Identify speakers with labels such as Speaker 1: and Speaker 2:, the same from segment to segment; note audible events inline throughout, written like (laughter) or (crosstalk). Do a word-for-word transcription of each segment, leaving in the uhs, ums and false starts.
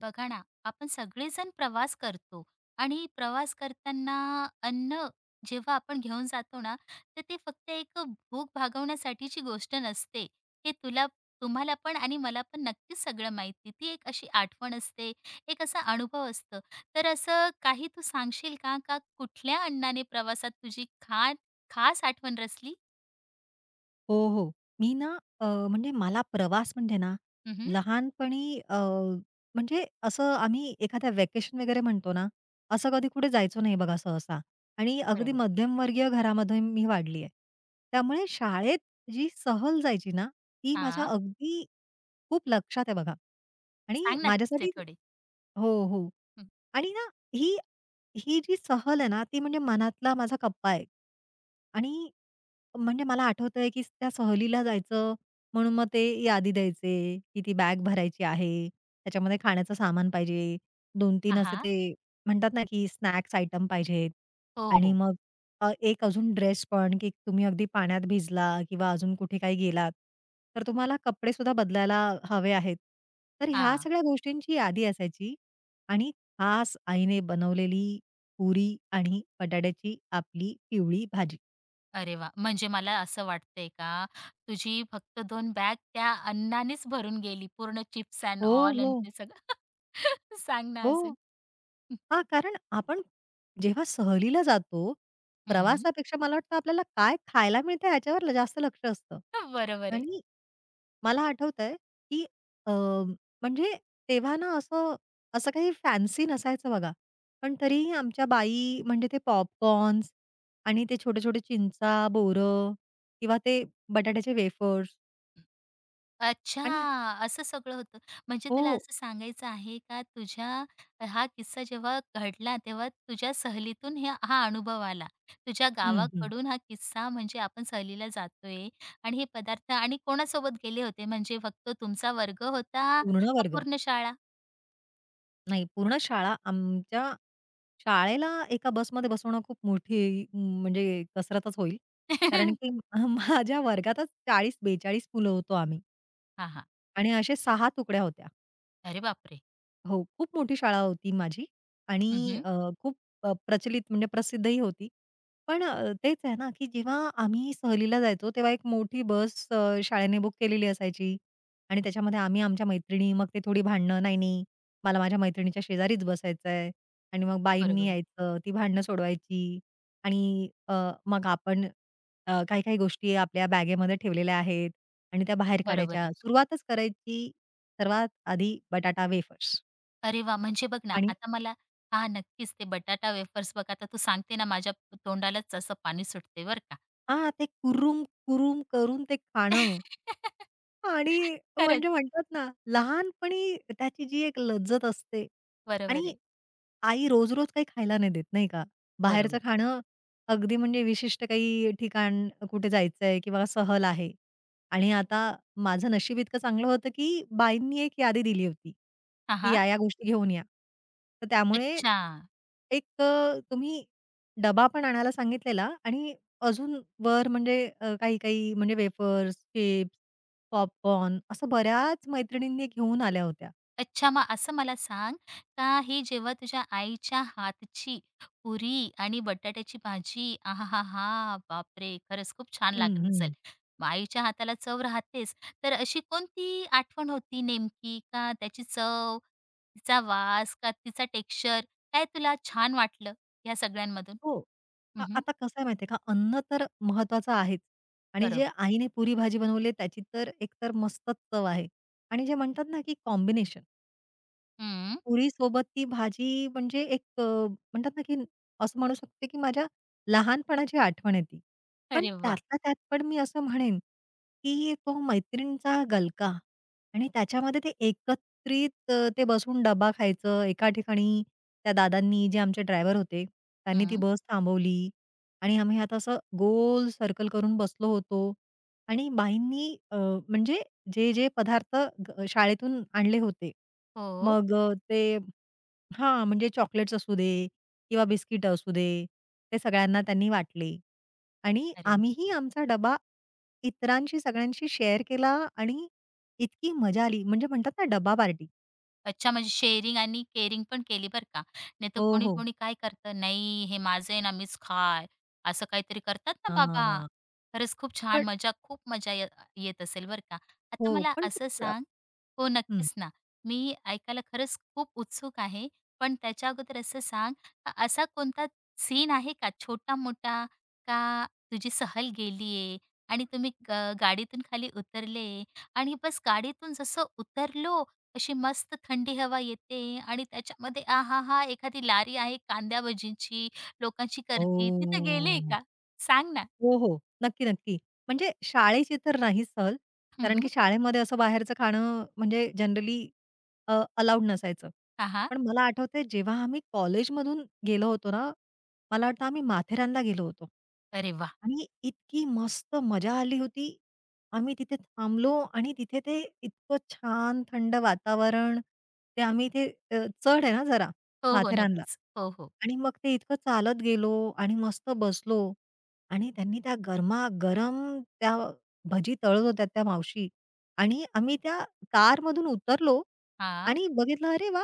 Speaker 1: बघा ना. आपण सगळेजण प्रवास करतो आणि प्रवास करताना अन्न जेव्हा आपण घेऊन जातो ना, तर ते फक्त एक भूक भागवण्यासाठीची गोष्ट नसते. हे तुला तुम्हाला पण आणि मला पण नक्कीच सगळं माहिती. ती एक अशी आठवण असते, एक असा अनुभव असतो. तर असं काही तू सांगशील का, का कुठल्या अन्नाने प्रवासात तुझी खा खास आठवण रचली?
Speaker 2: हो, हो. मी ना अ, म्हणजे मला प्रवास म्हणजे ना
Speaker 1: उम्हम.
Speaker 2: लहानपणी अ, म्हणजे असं आम्ही एखाद्या व्हॅकेशन वगैरे म्हणतो ना, असं कधी कुठे जायचो नाही बघा सहसा आणि अगदी
Speaker 1: बरोबर.
Speaker 2: मध्यमवर्गीय घरामध्ये मी वाढली आहे. त्यामुळे शाळेत जी सहल जायची ना, ती माझ्या
Speaker 1: हा,
Speaker 2: अगदी खूप लक्षात आहे बघा आणि
Speaker 1: सांग नक्कीच ते
Speaker 2: माझ्यासाठी
Speaker 1: थोडे.
Speaker 2: हो, हो.
Speaker 1: हं.
Speaker 2: आणि ना ही ही जी सहल आहे ना, ती म्हणजे मनातला माझा कप्पा आहे. आणि म्हणजे मला आठवतंय, की त्या सहलीला जायचं म्हणून मग ते यादी द्यायचे, की ती बॅग भरायची आहे. त्याच्यामध्ये खाण्याचं सामान पाहिजे.
Speaker 1: हा,
Speaker 2: दोन-तीन असे
Speaker 1: हा.
Speaker 2: ते म्हणतात ना, की स्नॅक्स आयटम पाहिजेत.
Speaker 1: हो,
Speaker 2: आणि
Speaker 1: हो.
Speaker 2: मग अ, एक अजून ड्रेस पण, की तुम्ही अगदी पाण्यात भिजला किंवा अजून कुठे काही गेलात, तर तुम्हाला कपडेसुद्धा बदलायला हवे आहेत. तर
Speaker 1: हा.
Speaker 2: ह्या सगळ्या गोष्टींची यादी असायची आणि खास आईने बनवलेली पुरी आणि बटाट्याची आपली पिवळी भाजी.
Speaker 1: अरे वा, म्हणजे मला असं वाटतंय का, तुझी फक्त दोन बॅग त्या अन्नानेच भरून गेली. पूर्ण चिप्स एंड
Speaker 2: हो,
Speaker 1: ऑल आणि
Speaker 2: हो.
Speaker 1: ते सगळं. (laughs) सांग ना
Speaker 2: हो.
Speaker 1: अजून?
Speaker 2: हां, कारण आपण जेव्हा सहलीला जातो,
Speaker 1: हं,
Speaker 2: प्रवासापेक्षा मला वाटतं आपल्याला काय खायला मिळतं याच्यावर ल- जास्त लक्ष असतं.
Speaker 1: बरोबर आहे.
Speaker 2: आणि मला आठवतंय, की अ, म्हणजे तेव्हा ना असं असं काही फॅन्सी नसायचं बघा. पण तरीही आमच्या बाई म्हणजे ते पॉपकॉर्न्स आणि ते छोटे-छोटे चिंचा, बोरं किंवा ते बटाट्याचे वेफर्स
Speaker 1: अच्छा,
Speaker 2: आणि
Speaker 1: असं सगळं होतं. म्हणजे तुला
Speaker 2: हो.
Speaker 1: असं सांगायचं आहे का, तुझ्या हा किस्सा जेव्हा घडला, तेव्हा तुझ्या सहलीतून हे हा अनुभव आला. तुझ्या
Speaker 2: हं, हं.
Speaker 1: गावाकडून हा किस्सा, म्हणजे आपण सहलीला जातोय आणि हे पदार्थ. आणि कोणासोबत गेले होते? म्हणजे फक्त तुमचा वर्ग होता
Speaker 2: पूर्ण
Speaker 1: का
Speaker 2: वर्ग.
Speaker 1: पूर्ण शाळा?
Speaker 2: नाही, पूर्ण शाळा आमच्या शाळेला एका बसमध्ये बसवणं खूप मोठी म, म्हणजे कसरतच होईल. कारण की
Speaker 1: (laughs)
Speaker 2: (laughs) माझ्या वर्गातच चाळीस-बेचाळीस मुलं होतो आम्ही
Speaker 1: हां, हां.
Speaker 2: आणि असे सहा तुकड्या होत्या.
Speaker 1: अरे बापरे!
Speaker 2: हो, खूप मोठी शाळा होती माझी आणि
Speaker 1: हं, हं.
Speaker 2: अ, खूप अ, प्रचलित म्हणजे प्रसिद्धही होती. पण अ, तेच आहे ना, की जेव्हा आम्ही सहलीला जायचो, तेव्हा एक मोठी बस अ, शाळेने बुक केलेली असायची आणि त्याच्यामध्ये आम्ही आमच्या मैत्रिणी, मग ते थोडी भांडणं, "नाही, नाही, मला माझ्या मैत्रिणीच्या शेजारीच बसायचं आहे." आणि मग
Speaker 1: बरोबर
Speaker 2: बाईंनी
Speaker 1: आहे,
Speaker 2: यायचं, ती भांडणं सोडवायची आणि अ, मग आपण अ, काही-काही गोष्टी आपल्या बॅगेमध्ये ठेवलेल्या आहेत आणि त्या बाहेर
Speaker 1: बरोबर
Speaker 2: काढायच्या.
Speaker 1: आहे.
Speaker 2: सुरुवातच करायची सर्वात आधी बटाटा वेफर्स.
Speaker 1: अरे वा, म्हणजे बघ ना,
Speaker 2: आणि
Speaker 1: आता मला हां, नक्कीच ते बटाटा वेफर्स बघ, आता तू सांगते ना, माझ्या तोंडालाच असं पाणी सुटते बरं का.
Speaker 2: हां, ते कुरुम, कुरुम करून ते खाणं,
Speaker 1: (laughs)
Speaker 2: आणि
Speaker 1: खरंच.
Speaker 2: म्हणजे म्हणतात ना, लहानपणी त्याची जी एक लज्जत असते
Speaker 1: बरोबर
Speaker 2: आणि
Speaker 1: आहे.
Speaker 2: आई रोज-रोज काही खायला नाही देत, नाही का? बाहेरचं
Speaker 1: बरोबर.
Speaker 2: खाणं अगदी म्हणजे विशिष्ट काही ठिकाण, कुठे जायचंय किंवा सहल आहे. आणि आता माझं नशीब इतकं चांगलं होतं, की बाईंनी एक यादी दिली होती,
Speaker 1: हां,
Speaker 2: की
Speaker 1: हां.
Speaker 2: या-या गोष्टी घेऊन या. तर त्यामुळे
Speaker 1: अच्छा.
Speaker 2: एक अ, तुम्ही डबा पण आणायला सांगितलेला आणि अजून वर म्हणजे अ, काही-काही म्हणजे वेफर्स, चिप्स पॉपकॉर्न असं बऱ्याच मैत्रिणींनी घेऊन आल्या होत्या.
Speaker 1: अच्छा, मग असं मला सांग, का हे जेव्हा तुझ्या आईच्या हातची पुरी आणि बटाट्याची भाजी, आहा हा, हा, बापरे! खरंच खूप छान
Speaker 2: हं,
Speaker 1: लागत असेल.
Speaker 2: हं.
Speaker 1: मग आईच्या हाताला चव राहतेच, तर अशी कोणती आठवण होती नेमकी? का त्याची चव, तिचा वास का तिचा टेक्स्चर, काय तुला छान वाटलं या सगळ्यांमधून?
Speaker 2: हो. आ
Speaker 1: हं,
Speaker 2: आता कसं आहे माहिती आहे का, अन्न तर महत्वाचं आहेच आणि जे
Speaker 1: बरोबर.
Speaker 2: आईने पुरी भाजी बनवली आहे त्याची तर एकतर मस्तच चव आहे आणि जे म्हणतात ना, की कॉम्बिनेशन.
Speaker 1: हं.
Speaker 2: पुरीसोबत ती भाजी म्हणजे एक अ, म्हणतात ना, की असं म्हणू शकते, की माझ्या लहानपणाची आठवण येते. पण
Speaker 1: अरे वाह!
Speaker 2: त्यातल्या त्यात पण मी असं म्हणेन, की तो मैत्रिणीचा गलका आणि त्याच्यामध्ये ते एकत्रित अ, ते बसून डबा खायचं. एका ठिकाणी त्या दादांनी जे आमचे ड्रायव्हर होते, त्यांनी ती
Speaker 1: हं.
Speaker 2: बस थांबवली आणि आम्ही आता असं गोल सर्कल करून बसलो होतो आणि बाईंनी अ, म्हणजे जे, जे पदार्थ ग शाळेतून आणले होते.
Speaker 1: हो.
Speaker 2: मग अ, ते हां, म्हणजे चॉकलेट्स असू दे किंवा बिस्किटं असू दे, ते सगळ्यांना त्यांनी वाटले. आणि
Speaker 1: अरे.
Speaker 2: आम्हीही आमचा डबा इतरांशी सगळ्यांशी शेअर केला आणि इतकी मजा आली. म्हणजे म्हणतात ना डबा पार्टी.
Speaker 1: अच्छा, म्हणजे शेअरिंग आणि केअरिंग पण केली बरं का. नाहीतर
Speaker 2: हो, हो.
Speaker 1: कोणी-कोणी काय करतं, "नाही, हे माझं आहे ना, मीच खाय." असं काहीतरी करतात ना बाबा.
Speaker 2: हां.
Speaker 1: खरंच खूप छान
Speaker 2: पण
Speaker 1: मजा, खूप मजा ये येत असेल बरं का. आता
Speaker 2: हो,
Speaker 1: मला
Speaker 2: पण ते
Speaker 1: असं
Speaker 2: प्र
Speaker 1: सांग. हो,
Speaker 2: हं.
Speaker 1: नक्कीच ना. मी ऐकायला खरंच खूप उत्सुक आहे. पण त्याच्या अगोदर असं सांग, अ, असा कोणता सीन आहे का छोटा-मोठा, का तुझी सहल गेली आणि तुम्ही ग गाडीतून खाली उतरले आणि बस गाडीतून जसं उतरलो, अशी मस्त थंडी हवा येते आणि त्याच्यामध्ये आहाहा! एखादी लारी आहे कांद्या भजीची, लोकांची गर्दी. तिथे गेले
Speaker 2: ओह!
Speaker 1: का? सांग ना?
Speaker 2: हो, हो. नक्की, नक्की. म्हणजे शाळेची तर नाही सहल,
Speaker 1: हं,
Speaker 2: कारण
Speaker 1: हं.
Speaker 2: की शाळेमध्ये असं बाहेरचं खाणं म्हणजे जनरली अ, अलाउड नसायचं.
Speaker 1: हां, हां.
Speaker 2: पण मला आठवतंय जेव्हा आम्ही कॉलेजमधून गेलो होतो ना, मला वाटतं आम्ही माथेरानला गेलो होतो.
Speaker 1: अरे वाह!
Speaker 2: आणि इतकी मस्त मजा आली होती. आम्ही तिथे थांबलो आणि तिथे ते इतकं छान थंड वातावरण. ते आम्ही ते अ, चढ आहे ना जरा
Speaker 1: हो, हो.
Speaker 2: माथेरानला
Speaker 1: नक्कीच. हो, हो.
Speaker 2: आणि मग ते इतकं चालत गेलो आणि मस्त बसलो. आणि त्यांनी त्या गरमा गरम, त्या भजी तळत होत्या त्या मावशी आणि आम्ही त्या कारमधून उतरलो
Speaker 1: हां.
Speaker 2: आणि बघितलं, अरे वा,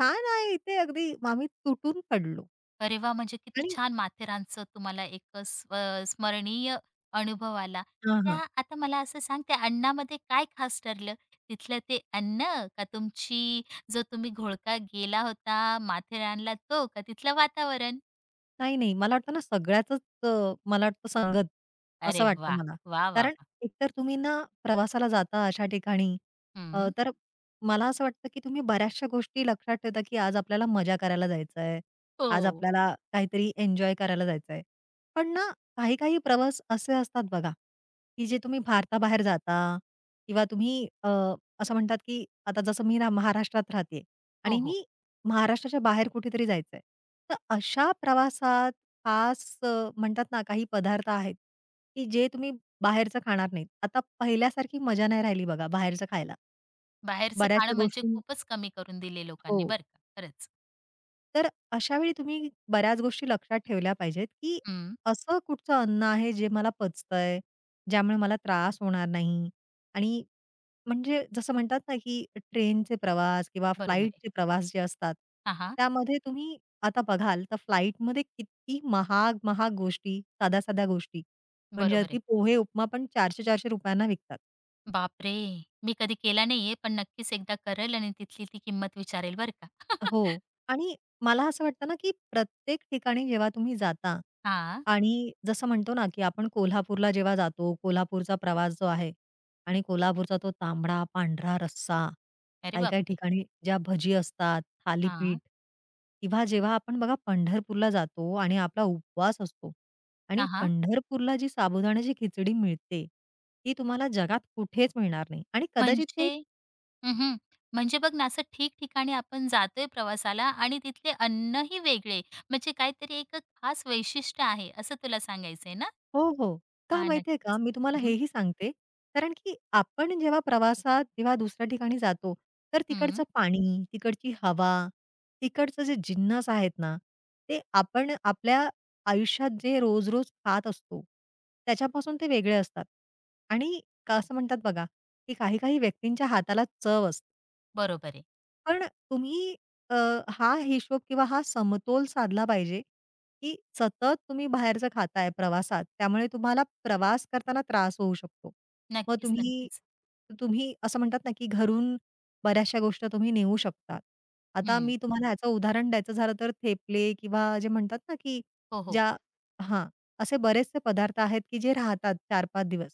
Speaker 2: छान आहे इथे अगदी. मग आम्ही तुटून पडलो.
Speaker 1: अरे वाह! म्हणजे किती
Speaker 2: आणि
Speaker 1: छान माथेरानचं तुम्हाला एक स्व स्मरणीय अनुभव आला.
Speaker 2: हां,
Speaker 1: त्या
Speaker 2: हां.
Speaker 1: आता मला असं सांग, त्या अन्नामध्ये काय खास ठरलं? तिथलं ते अन्न का तुमची, जो तुम्ही घोळका गेला होता माथेरानला तो, का तिथलं वातावरण?
Speaker 2: नाही, नाही. मला वाटतं ना सगळ्याचच अ, मला वाटतं संगत असं
Speaker 1: अरे
Speaker 2: वाटतं
Speaker 1: वाह!
Speaker 2: मला.
Speaker 1: वाह,
Speaker 2: कारण
Speaker 1: वाह!
Speaker 2: एकतर तुम्ही ना प्रवासाला जाता अशा ठिकाणी अ,
Speaker 1: हं.
Speaker 2: तर मला असं वाटतं की तुम्ही बऱ्याचशा गोष्टी लक्षात ठेवता की आज आपल्याला मजा करायला जायचं आहे. आज
Speaker 1: हो.
Speaker 2: आपल्याला काहीतरी एन्जॉय करायला जायचं आहे. पण ना काही-काही प्रवास असे असतात बघा, की जे तुम्ही भारताबाहेर जाता किंवा तुम्ही अ, असं म्हणतात की आता जसं मी ना महाराष्ट्रात राहते
Speaker 1: हो,
Speaker 2: आणि
Speaker 1: हो.
Speaker 2: मी महाराष्ट्राच्या बाहेर कुठेतरी जायचंय. तर अशा प्रवासात खास अ, म्हणतात ना काही पदार्थ आहेत, की जे तुम्ही बाहेरचं खाणार नाहीत. आता पहिल्यासारखी मजा नाही राहिली बघा बाहेरचं खायला.
Speaker 1: बाहेरचं खाणं
Speaker 2: बऱ्याचशा
Speaker 1: म्हणजे
Speaker 2: गोष्टी
Speaker 1: खूपच कमी करून दिले
Speaker 2: हो.
Speaker 1: लोकांनी बरं का, खरंच.
Speaker 2: तर अशा वेळी तुम्ही बऱ्याच गोष्टी लक्षात ठेवल्या पाहिजेत, की
Speaker 1: हं.
Speaker 2: असं कुठचं अन्न आहे जे मला पचतंय, ज्यामुळे मला त्रास होणार नाही आणि म्हणजे जसं म्हणतात ना, की ट्रेनचे प्रवास किंवा
Speaker 1: बरोबर आहे.
Speaker 2: फ्लाइटचे प्रवास जे असतात,
Speaker 1: हां, हां.
Speaker 2: त्यामध्ये तुम्ही आता बघाल तर फ्लाइटमध्ये किती महाग-महाग गोष्टी, साध्या-साध्या गोष्टी म्हणजे
Speaker 1: बरोबर
Speaker 2: अगदी
Speaker 1: आहे.
Speaker 2: पोहे, उपमा पण ₹चारशे-चारशे रुपये ना विकतात.
Speaker 1: बापरे! मी कधी केला नाहीये, पण नक्कीच एकदा करेल आणि तिथली ती किंमत विचारेल बरं का. (laughs)
Speaker 2: हो. आणि मला असं वाटतं ना, की प्रत्येक ठिकाणी जेव्हा तुम्ही जाता
Speaker 1: हां.
Speaker 2: आणि जसं म्हणतो ना, की आपण कोल्हापूरला जेव्हा जातो, कोल्हापूरचा प्रवास जो आहे आणि कोल्हापूरचा तो तांबडा, पांढरा रस्सा,
Speaker 1: अरे
Speaker 2: काही-काही
Speaker 1: बापरे!
Speaker 2: ठिकाणी ज्या भजी असतात, थालीपीठ
Speaker 1: हां.
Speaker 2: किंवा जेव्हा आपण बघा पंढरपूरला जातो आणि आपला उपवास असतो आणि
Speaker 1: हां, हां.
Speaker 2: पंढरपूरला जी साबुदाण्याची खिचडी मिळते, ती तुम्हाला जगात कुठेच मिळणार नाही आणि कदाचित ते
Speaker 1: म्हणजे हं, हं. म्हणजे बघ ना, असं ठिकठिकाणी आपण जातोय प्रवासाला आणि तिथले अन्नही वेगळे, म्हणजे काहीतरी एक खास वैशिष्ट्य आहे, असं तुला सांगायचंय ना?
Speaker 2: हो, हो. का
Speaker 1: हां,
Speaker 2: माहिती आहे का?
Speaker 1: नक्कीच.
Speaker 2: मी तुम्हाला
Speaker 1: हं, हं.
Speaker 2: हेही सांगते, कारण की आपण जेव्हा प्रवासात जेव्हा दुसऱ्या ठिकाणी जातो, तर तिकडचं पाणी, तिकडची हवा, तिकडचं जे जिन्नस आहेत ना, ते आपण आपल्या आयुष्यात जे रोज-रोज खात असतो, त्याच्यापासून ते वेगळे असतात. आणि का असं म्हणतात बघा, की काही-काही व्यक्तींच्या हाताला चव असते.
Speaker 1: बरोबर आहे.
Speaker 2: पण तुम्ही अ, हा हिशोब किंवा हा समतोल साधला पाहिजे, की सतत तुम्ही बाहेरचं खाताय प्रवासात, त्यामुळे तुम्हाला प्रवास करताना त्रास होऊ शकतो. मग
Speaker 1: नक्कीच,
Speaker 2: तुम्ही
Speaker 1: नक्कीच.
Speaker 2: नक्कीच. तुम्ही असं म्हणतात ना, की घरून बऱ्याचशा गोष्टी तुम्ही नेऊ शकता. आता
Speaker 1: हं.
Speaker 2: मी तुम्हाला ह्याचं उदाहरण द्यायचं झालं तर थेपले किंवा जे म्हणतात ना, की
Speaker 1: हो, हो.
Speaker 2: ज्या हां, असे बरेचसे पदार्थ आहेत, की जे राहतात चार-पाच दिवस.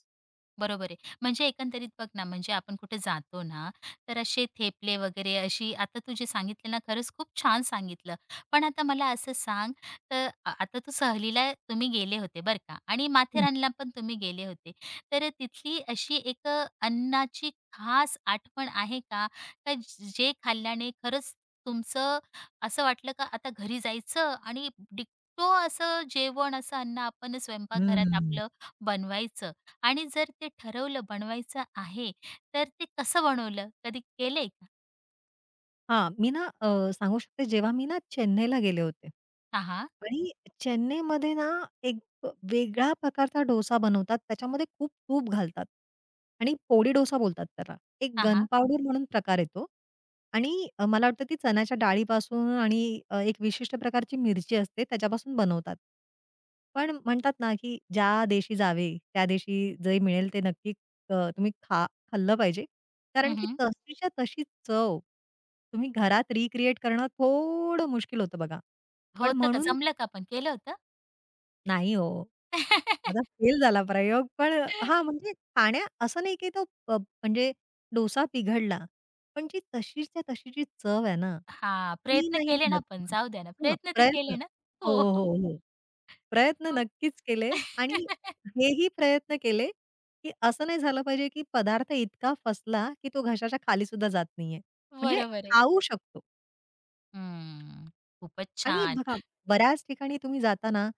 Speaker 1: बरोबर आहे. म्हणजे एकंदरीत बघ ना, म्हणजे आपण कुठे जातो ना, तर असे थेपले वगैरे अशी आता तू जे सांगितलं ना, खरंच खूप छान सांगितलं. पण आता मला असं सांग, तर आ आता तू सहलीला तुम्ही गेले होते बरं का, आणि
Speaker 2: हं,
Speaker 1: माथेरानला पण तुम्ही गेले होते. तर तिथली अशी एक अन्नाची खास आठवण आहे का? का ज- जे खाल्ल्याने खरंच तुमचं असं वाटलं का आता घरी जायचं आणि डिट्टो असं जेवण, असं अन्न आपण स्वयंपाकघरात आपलं बनवायचं? आणि जर ते ठरवलं बनवायचं आहे, तर ते कसं बनवलं? कधी केलंय का?
Speaker 2: हां, मी ना अ, सांगू शकते जेव्हा मी ना चेन्नईला गेले होते
Speaker 1: हां, हां.
Speaker 2: आणि चेन्नईमध्ये ना एक वेगळ्या प्रकारचा डोसा बनवतात. त्याच्यामध्ये खूप तूप घालतात आणि पोडी डोसा बोलतात त्याला. एक
Speaker 1: हां,
Speaker 2: गन
Speaker 1: हां.
Speaker 2: पावडर म्हणून प्रकार येतो आणि अ, मला वाटतं ती चण्याच्या डाळीपासून आणि अ, एक विशिष्ट प्रकारची मिरची असते त्याच्यापासून बनवतात. पण म्हणतात ना, की ज्या देशी जावे त्या देशी जे मिळेल ते नक्की अ, तुम्ही खा खाल्लं पाहिजे. कारण
Speaker 1: हं,
Speaker 2: की
Speaker 1: हं.
Speaker 2: तशीच्या तशी चव तुम्ही घरात रिक्रिएट करणं थोडं मुश्किल होतं बघा. पण
Speaker 1: होतं का?
Speaker 2: म्हणून
Speaker 1: जमलं का पण? केलं होतं?
Speaker 2: नाही हो. माझा
Speaker 1: (laughs)
Speaker 2: फेल झाला प्रयोग पण हां, म्हणजे खाण्या असं नाही की तो अ, म्हणजे डोसा पिघडला. पण जी तशीच्या तशी जी चव आहे ना,
Speaker 1: हां,
Speaker 2: ती
Speaker 1: प्रयत्न
Speaker 2: नाही
Speaker 1: केले ना
Speaker 2: मिळत
Speaker 1: पण
Speaker 2: तुम्हाला.
Speaker 1: जाऊ द्या ना.
Speaker 2: हां,
Speaker 1: प्रयत्न तर
Speaker 2: प्रयत्न.
Speaker 1: केले ना?
Speaker 2: हो,
Speaker 1: हो.
Speaker 2: हो, हो. प्रयत्न नक्कीच केले आणि
Speaker 1: (laughs)
Speaker 2: हेही प्रयत्न केले, की असं नाही झालं पाहिजे, की पदार्थ इतका फसला, की तो घशाच्या खाली सुद्धा जात नाहीये. म्हणजे
Speaker 1: बरोबर आहे.
Speaker 2: खाऊ शकतो
Speaker 1: हं. खूपच
Speaker 2: आणि
Speaker 1: छान.
Speaker 2: बघा बऱ्याच ठिकाणी तुम्ही जाता ना,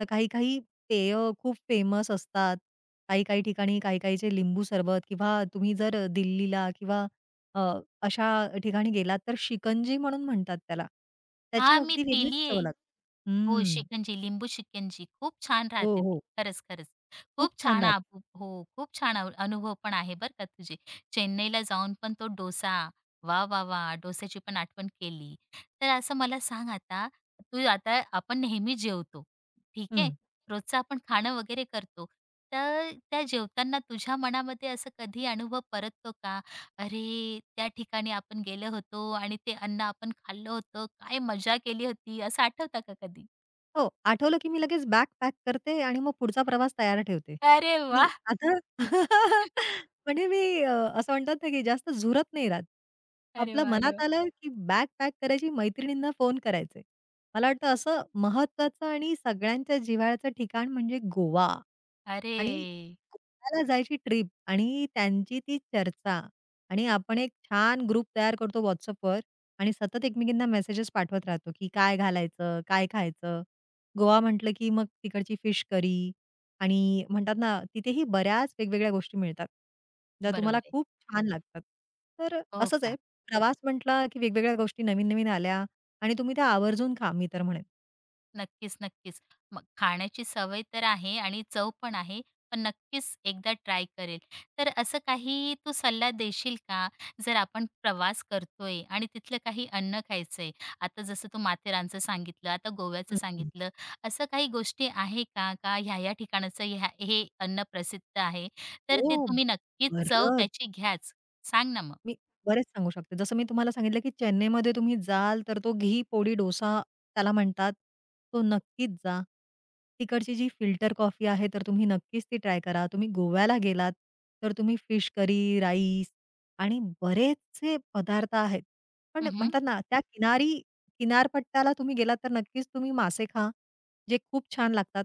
Speaker 2: तर काही-काही पेय खूप फेमस असतात. काही-काही ठिकाणी काही-काहीचे लिंबू सरबत किंवा तुम्ही जर दिल्लीला किंवा अ, अशा ठिकाणी गेलात तर शिकंजी म्हणून म्हणतात त्याला. त्याची
Speaker 1: हां, मी
Speaker 2: अगदी वेगळीच
Speaker 1: पिलीये.
Speaker 2: चव लागते.
Speaker 1: हो,
Speaker 2: हं.
Speaker 1: शिकंजी, लिंबू शिकंजी खूप छान
Speaker 2: हो,
Speaker 1: राहते ती.
Speaker 2: हो.
Speaker 1: खरंच, खरंच.
Speaker 2: खूप
Speaker 1: खूप
Speaker 2: छान
Speaker 1: छान
Speaker 2: राहते.
Speaker 1: आपू हो, खूप छान अ अनुभव पण आहे बरं का तुझे. चेन्नईला जाऊन पण तो डोसा. वा, वा, वाह! डोस्याची पण आठवण केली. तर असं मला सांग आता, तू आता आपण नेहमी जेवतो, ठीक आहे?
Speaker 2: हं.
Speaker 1: रोजचं आपण खाणं वगैरे करतो. तर त्या जेवताना तुझ्या मनामध्ये असं कधी अनुभव परततो का? अरे, त्या ठिकाणी आपण गेलो होतो आणि ते अन्न आपण खाल्लं होतं. काय मजा केली होती, असं आठवतं का कधी?
Speaker 2: हो, आठवलं की मी लगेच बॅग पॅक करते आणि मग पुढचा प्रवास तयार ठेवते,
Speaker 1: अरे
Speaker 2: की
Speaker 1: वाह!
Speaker 2: आता (laughs) म्हणजे मी अ, असं म्हणतात ना, की जास्त झुरत नाही राहत.
Speaker 1: अरे
Speaker 2: आपलं
Speaker 1: वाह! अरे
Speaker 2: मनात
Speaker 1: वाह!
Speaker 2: आलं की बॅग पॅक करायची, मैत्रिणींना फोन करायचे. मला वाटतं असं महत्वाचं आणि सगळ्यांच्या जिव्हाळ्याचं ठिकाण म्हणजे गोवा. आणि
Speaker 1: अरे!
Speaker 2: कोकणाला जायची ट्रिप आणि त्यांची ती चर्चा आणि आपण एक छान ग्रुप तयार करतो WhatsAppवर आणि सतत एकमेकींना मेसेजेस पाठवत राहतो, की काय घालायचं, काय खायचं. गोवा म्हटलं, की मग तिकडची फिश करी आणि म्हणतात ना, तिथेही बऱ्याच वेगवेगळ्या गोष्टी मिळतात, ज्या
Speaker 1: बरोबर
Speaker 2: तुम्हाला
Speaker 1: आहे.
Speaker 2: खूप छान लागतात. तर
Speaker 1: हो
Speaker 2: असंच आहे,
Speaker 1: का?
Speaker 2: प्रवास म्हटला, की वेगवेगळ्या गोष्टी नवीन-नवीन आल्या आणि तुम्ही त्या आवर्जून खा, मी तर म्हणेन.
Speaker 1: नक्कीच, नक्कीच. मग खाण्याची सवय तर आहे आणि चव पण आहे. पण नक्कीच एकदा ट्राय करेल. तर असं काही तू सल्ला देशील का? जर आपण प्रवास करतोय आणि तिथलं काही अन्न खायचंय. आता जसं तू माथेरानचं सांगितलं, आता गोव्याचं
Speaker 2: हं, हं.
Speaker 1: सांगितलं. असं काही गोष्टी आहे का? का ह्या-ह्या ठिकाणाचं ह्या हे अन्न प्रसिद्ध आहे, तर
Speaker 2: हो,
Speaker 1: ते तुम्ही नक्कीच चव
Speaker 2: बरंच.
Speaker 1: त्याची घ्याच. सांग ना मग?
Speaker 2: मी बरेच सांगू शकते. जसं मी तुम्हाला सांगितलं, की चेन्नईमध्ये तुम्ही जाल, तर तो घी पोडी डोसा त्याला म्हणतात. तो नक्कीच जा. तिकडची जी फिल्टर कॉफी आहे, तर तुम्ही नक्कीच ती ट्राय करा. तुम्ही गोव्याला गेलात, तर तुम्ही फिश करी, राईस आणि बरेचसे पदार्थ आहेत. पण
Speaker 1: हं, हं.
Speaker 2: म्हणतात ना, त्या किनारी किनारपट्ट्याला तुम्ही गेलात, तर नक्कीच तुम्ही मासे खा, जे खूप छान लागतात.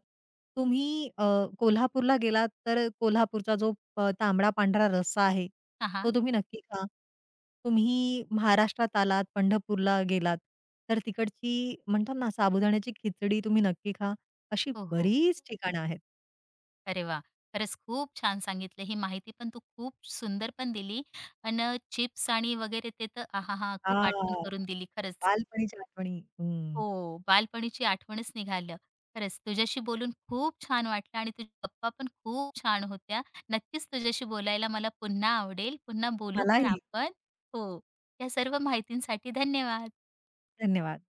Speaker 2: तुम्ही अ, कोल्हापूरला गेलात, तर कोल्हापूरचा जो प तांबडा-पांढरा रस्सा आहे
Speaker 1: हां,
Speaker 2: तो
Speaker 1: हां.
Speaker 2: तुम्ही नक्की खा. तुम्ही महाराष्ट्रात आलात, पंढरपूरला गेलात, तर तिकडची म्हणतात ना साबुदाण्याची खिचडी तुम्ही नक्की खा. अशी
Speaker 1: हो, हो.
Speaker 2: बरीच ठिकाणं आहेत.
Speaker 1: अरे वाह! खरंच खूप छान सांगितलं. ही माहिती पण तू खूप सुंदर पण दिली. अन् चिप्स आणि वगैरे ते तर आहाहा! खूप आठवण करून
Speaker 2: हां,
Speaker 1: दिली खरंच.
Speaker 2: बालपणीच्या आठवणी. हं.
Speaker 1: हो, बालपणीची आठवणच निघालं. खरंच तुझ्याशी बोलून खूप छान वाटलं आणि तुझ्या गप्पा पण खूप छान होत्या. नक्कीच तुझ्याशी बोलायला मला पुन्हा आवडेल. पुन्हा बोलू पण
Speaker 2: मलाही.
Speaker 1: आपण. हो. या सर्व माहितींसाठी धन्यवाद.
Speaker 2: धन्यवाद.